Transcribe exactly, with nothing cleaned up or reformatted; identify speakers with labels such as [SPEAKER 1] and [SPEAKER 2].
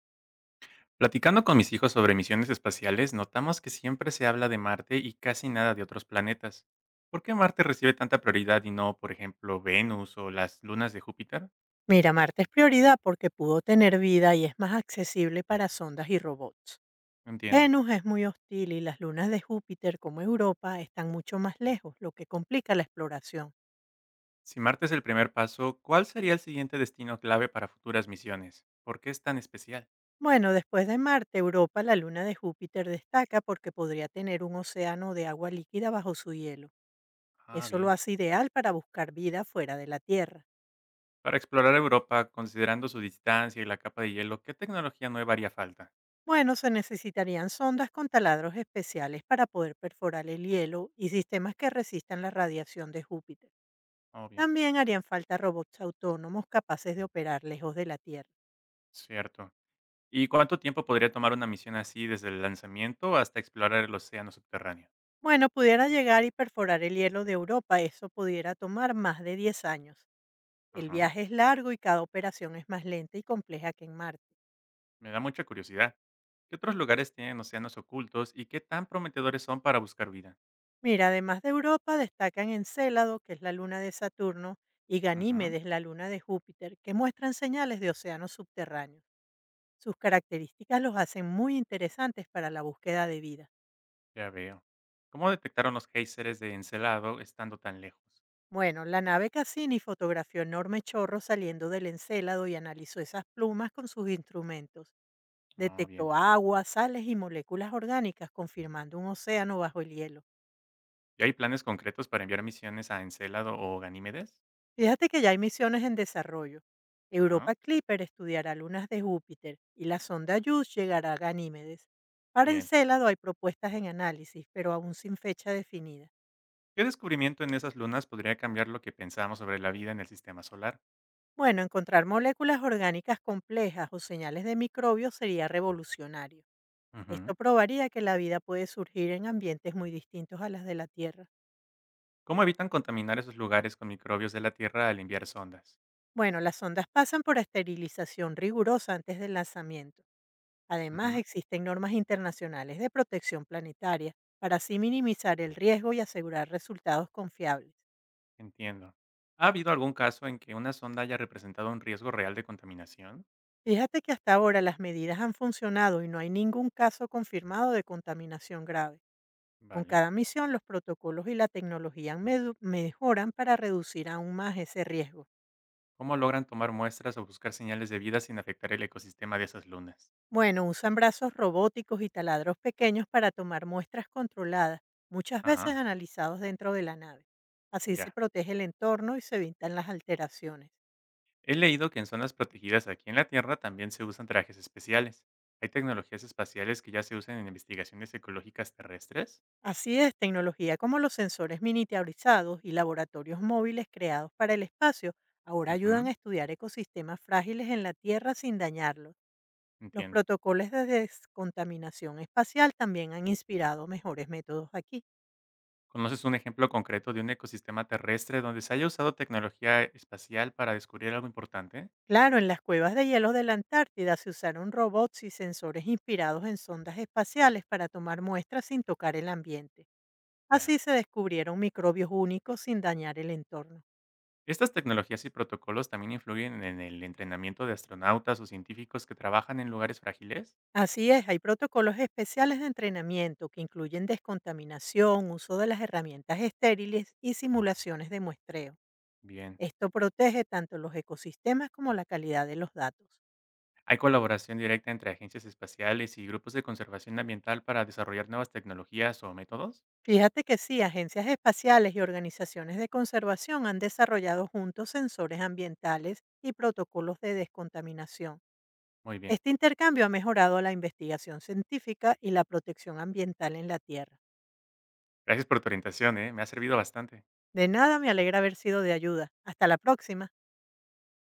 [SPEAKER 1] Platicando con mis hijos sobre misiones espaciales, notamos que siempre se habla de Marte y casi nada de otros planetas. ¿Por qué Marte recibe tanta prioridad y no, por ejemplo, Venus o las lunas de Júpiter?
[SPEAKER 2] Mira, Marte es prioridad porque pudo tener vida y es más accesible para sondas y robots.
[SPEAKER 1] No entiendo.
[SPEAKER 2] Venus es muy hostil y las lunas de Júpiter como Europa están mucho más lejos, lo que complica la exploración.
[SPEAKER 1] Si Marte es el primer paso, ¿cuál sería el siguiente destino clave para futuras misiones? ¿Por qué es tan especial?
[SPEAKER 2] Bueno, después de Marte, Europa, la luna de Júpiter destaca porque podría tener un océano de agua líquida bajo su hielo.
[SPEAKER 1] Ah,
[SPEAKER 2] Eso lo
[SPEAKER 1] bien.
[SPEAKER 2] hace ideal para buscar vida fuera de la Tierra.
[SPEAKER 1] Para explorar Europa, considerando su distancia y la capa de hielo, ¿qué tecnología nueva haría falta?
[SPEAKER 2] Bueno, se necesitarían sondas con taladros especiales para poder perforar el hielo y sistemas que resistan la radiación de Júpiter.
[SPEAKER 1] Oh, bien.
[SPEAKER 2] También harían falta robots autónomos capaces de operar lejos de la Tierra.
[SPEAKER 1] Cierto. ¿Y cuánto tiempo podría tomar una misión así desde el lanzamiento hasta explorar el océano subterráneo?
[SPEAKER 2] Bueno, pudiera llegar y perforar el hielo de Europa, eso pudiera tomar más de diez años. El
[SPEAKER 1] Ajá.
[SPEAKER 2] viaje es largo y cada operación es más lenta y compleja que en Marte.
[SPEAKER 1] Me da mucha curiosidad. ¿Qué otros lugares tienen océanos ocultos y qué tan prometedores son para buscar vida?
[SPEAKER 2] Mira, además de Europa, destacan Encélado, que es la luna de Saturno, y
[SPEAKER 1] Ujú,
[SPEAKER 2] Ganímedes, la luna de Júpiter, que muestran señales de océanos subterráneos. Sus características los hacen muy interesantes para la búsqueda de vida.
[SPEAKER 1] ya veo. ¿Cómo detectaron los géiseres de Encelado estando tan lejos?
[SPEAKER 2] Bueno, la nave Cassini fotografió enormes chorros saliendo del encélado y analizó esas plumas con sus instrumentos.
[SPEAKER 1] Ah, bien.
[SPEAKER 2] Detectó agua, sales y moléculas orgánicas, confirmando un océano bajo el hielo.
[SPEAKER 1] ¿Y hay planes concretos para enviar misiones a Encelado o Ganímedes?
[SPEAKER 2] Fíjate que ya hay misiones en desarrollo.
[SPEAKER 1] Ajá.
[SPEAKER 2] Europa Clipper estudiará lunas de Júpiter y la sonda JUICE llegará a Ganímedes. Para
[SPEAKER 1] Bien.
[SPEAKER 2] Encélado hay propuestas en análisis, pero aún sin fecha definida.
[SPEAKER 1] ¿Qué descubrimiento en esas lunas podría cambiar lo que pensamos sobre la vida en el sistema solar?
[SPEAKER 2] Bueno, encontrar moléculas orgánicas complejas o señales de microbios sería revolucionario.
[SPEAKER 1] Ujú.
[SPEAKER 2] Esto probaría que la vida puede surgir en ambientes muy distintos a las de la Tierra.
[SPEAKER 1] ¿Cómo evitan contaminar esos lugares con microbios de la Tierra al enviar sondas?
[SPEAKER 2] Bueno, las sondas pasan por esterilización rigurosa antes del lanzamiento. Además,
[SPEAKER 1] Ujú.
[SPEAKER 2] existen normas internacionales de protección planetaria para así minimizar el riesgo y asegurar resultados confiables.
[SPEAKER 1] Entiendo. ¿Ha habido algún caso en que una sonda haya representado un riesgo real de contaminación?
[SPEAKER 2] Fíjate que hasta ahora las medidas han funcionado y no hay ningún caso confirmado de contaminación grave. Con
[SPEAKER 1] Vale.
[SPEAKER 2] cada misión, los protocolos y la tecnología medu- mejoran para reducir aún más ese riesgo.
[SPEAKER 1] ¿Cómo logran tomar muestras o buscar señales de vida sin afectar el ecosistema de esas lunas?
[SPEAKER 2] Bueno, usan brazos robóticos y taladros pequeños para tomar muestras controladas, muchas
[SPEAKER 1] Ajá,
[SPEAKER 2] veces analizados dentro de la nave. Así se
[SPEAKER 1] ya.
[SPEAKER 2] protege el entorno y se evitan las alteraciones.
[SPEAKER 1] He leído que en zonas protegidas aquí en la Tierra también se usan trajes especiales. ¿Hay tecnologías espaciales que ya se usan en investigaciones ecológicas terrestres?
[SPEAKER 2] Así es, tecnología como los sensores miniaturizados y laboratorios móviles creados para el espacio ahora ayudan a
[SPEAKER 1] Ujú,
[SPEAKER 2] estudiar ecosistemas frágiles en la Tierra sin dañarlos. Los
[SPEAKER 1] entiendo.
[SPEAKER 2] protocolos de descontaminación espacial también han inspirado mejores métodos aquí.
[SPEAKER 1] ¿Conoces un ejemplo concreto de un ecosistema terrestre donde se haya usado tecnología espacial para descubrir algo importante?
[SPEAKER 2] Claro, en las cuevas de hielo de la Antártida se usaron robots y sensores inspirados en sondas espaciales para tomar muestras sin tocar el ambiente.
[SPEAKER 1] Ya.
[SPEAKER 2] Así se descubrieron microbios únicos sin dañar el entorno.
[SPEAKER 1] Estas tecnologías y protocolos también influyen en el entrenamiento de astronautas o científicos que trabajan en lugares frágiles.
[SPEAKER 2] Así es, hay protocolos especiales de entrenamiento que incluyen descontaminación, uso de las herramientas estériles y simulaciones de muestreo.
[SPEAKER 1] Bien.
[SPEAKER 2] Esto protege tanto los ecosistemas como la calidad de los datos.
[SPEAKER 1] Hay colaboración directa entre agencias espaciales y grupos de conservación ambiental para desarrollar nuevas tecnologías o métodos.
[SPEAKER 2] Fíjate que sí, agencias espaciales y organizaciones de conservación han desarrollado juntos sensores ambientales y protocolos de descontaminación.
[SPEAKER 1] Muy bien.
[SPEAKER 2] Este intercambio ha mejorado la investigación científica y la protección ambiental en la Tierra.
[SPEAKER 1] Gracias por tu orientación, ¿eh? Me ha servido bastante.
[SPEAKER 2] De nada, me alegra haber sido de ayuda. Hasta la próxima.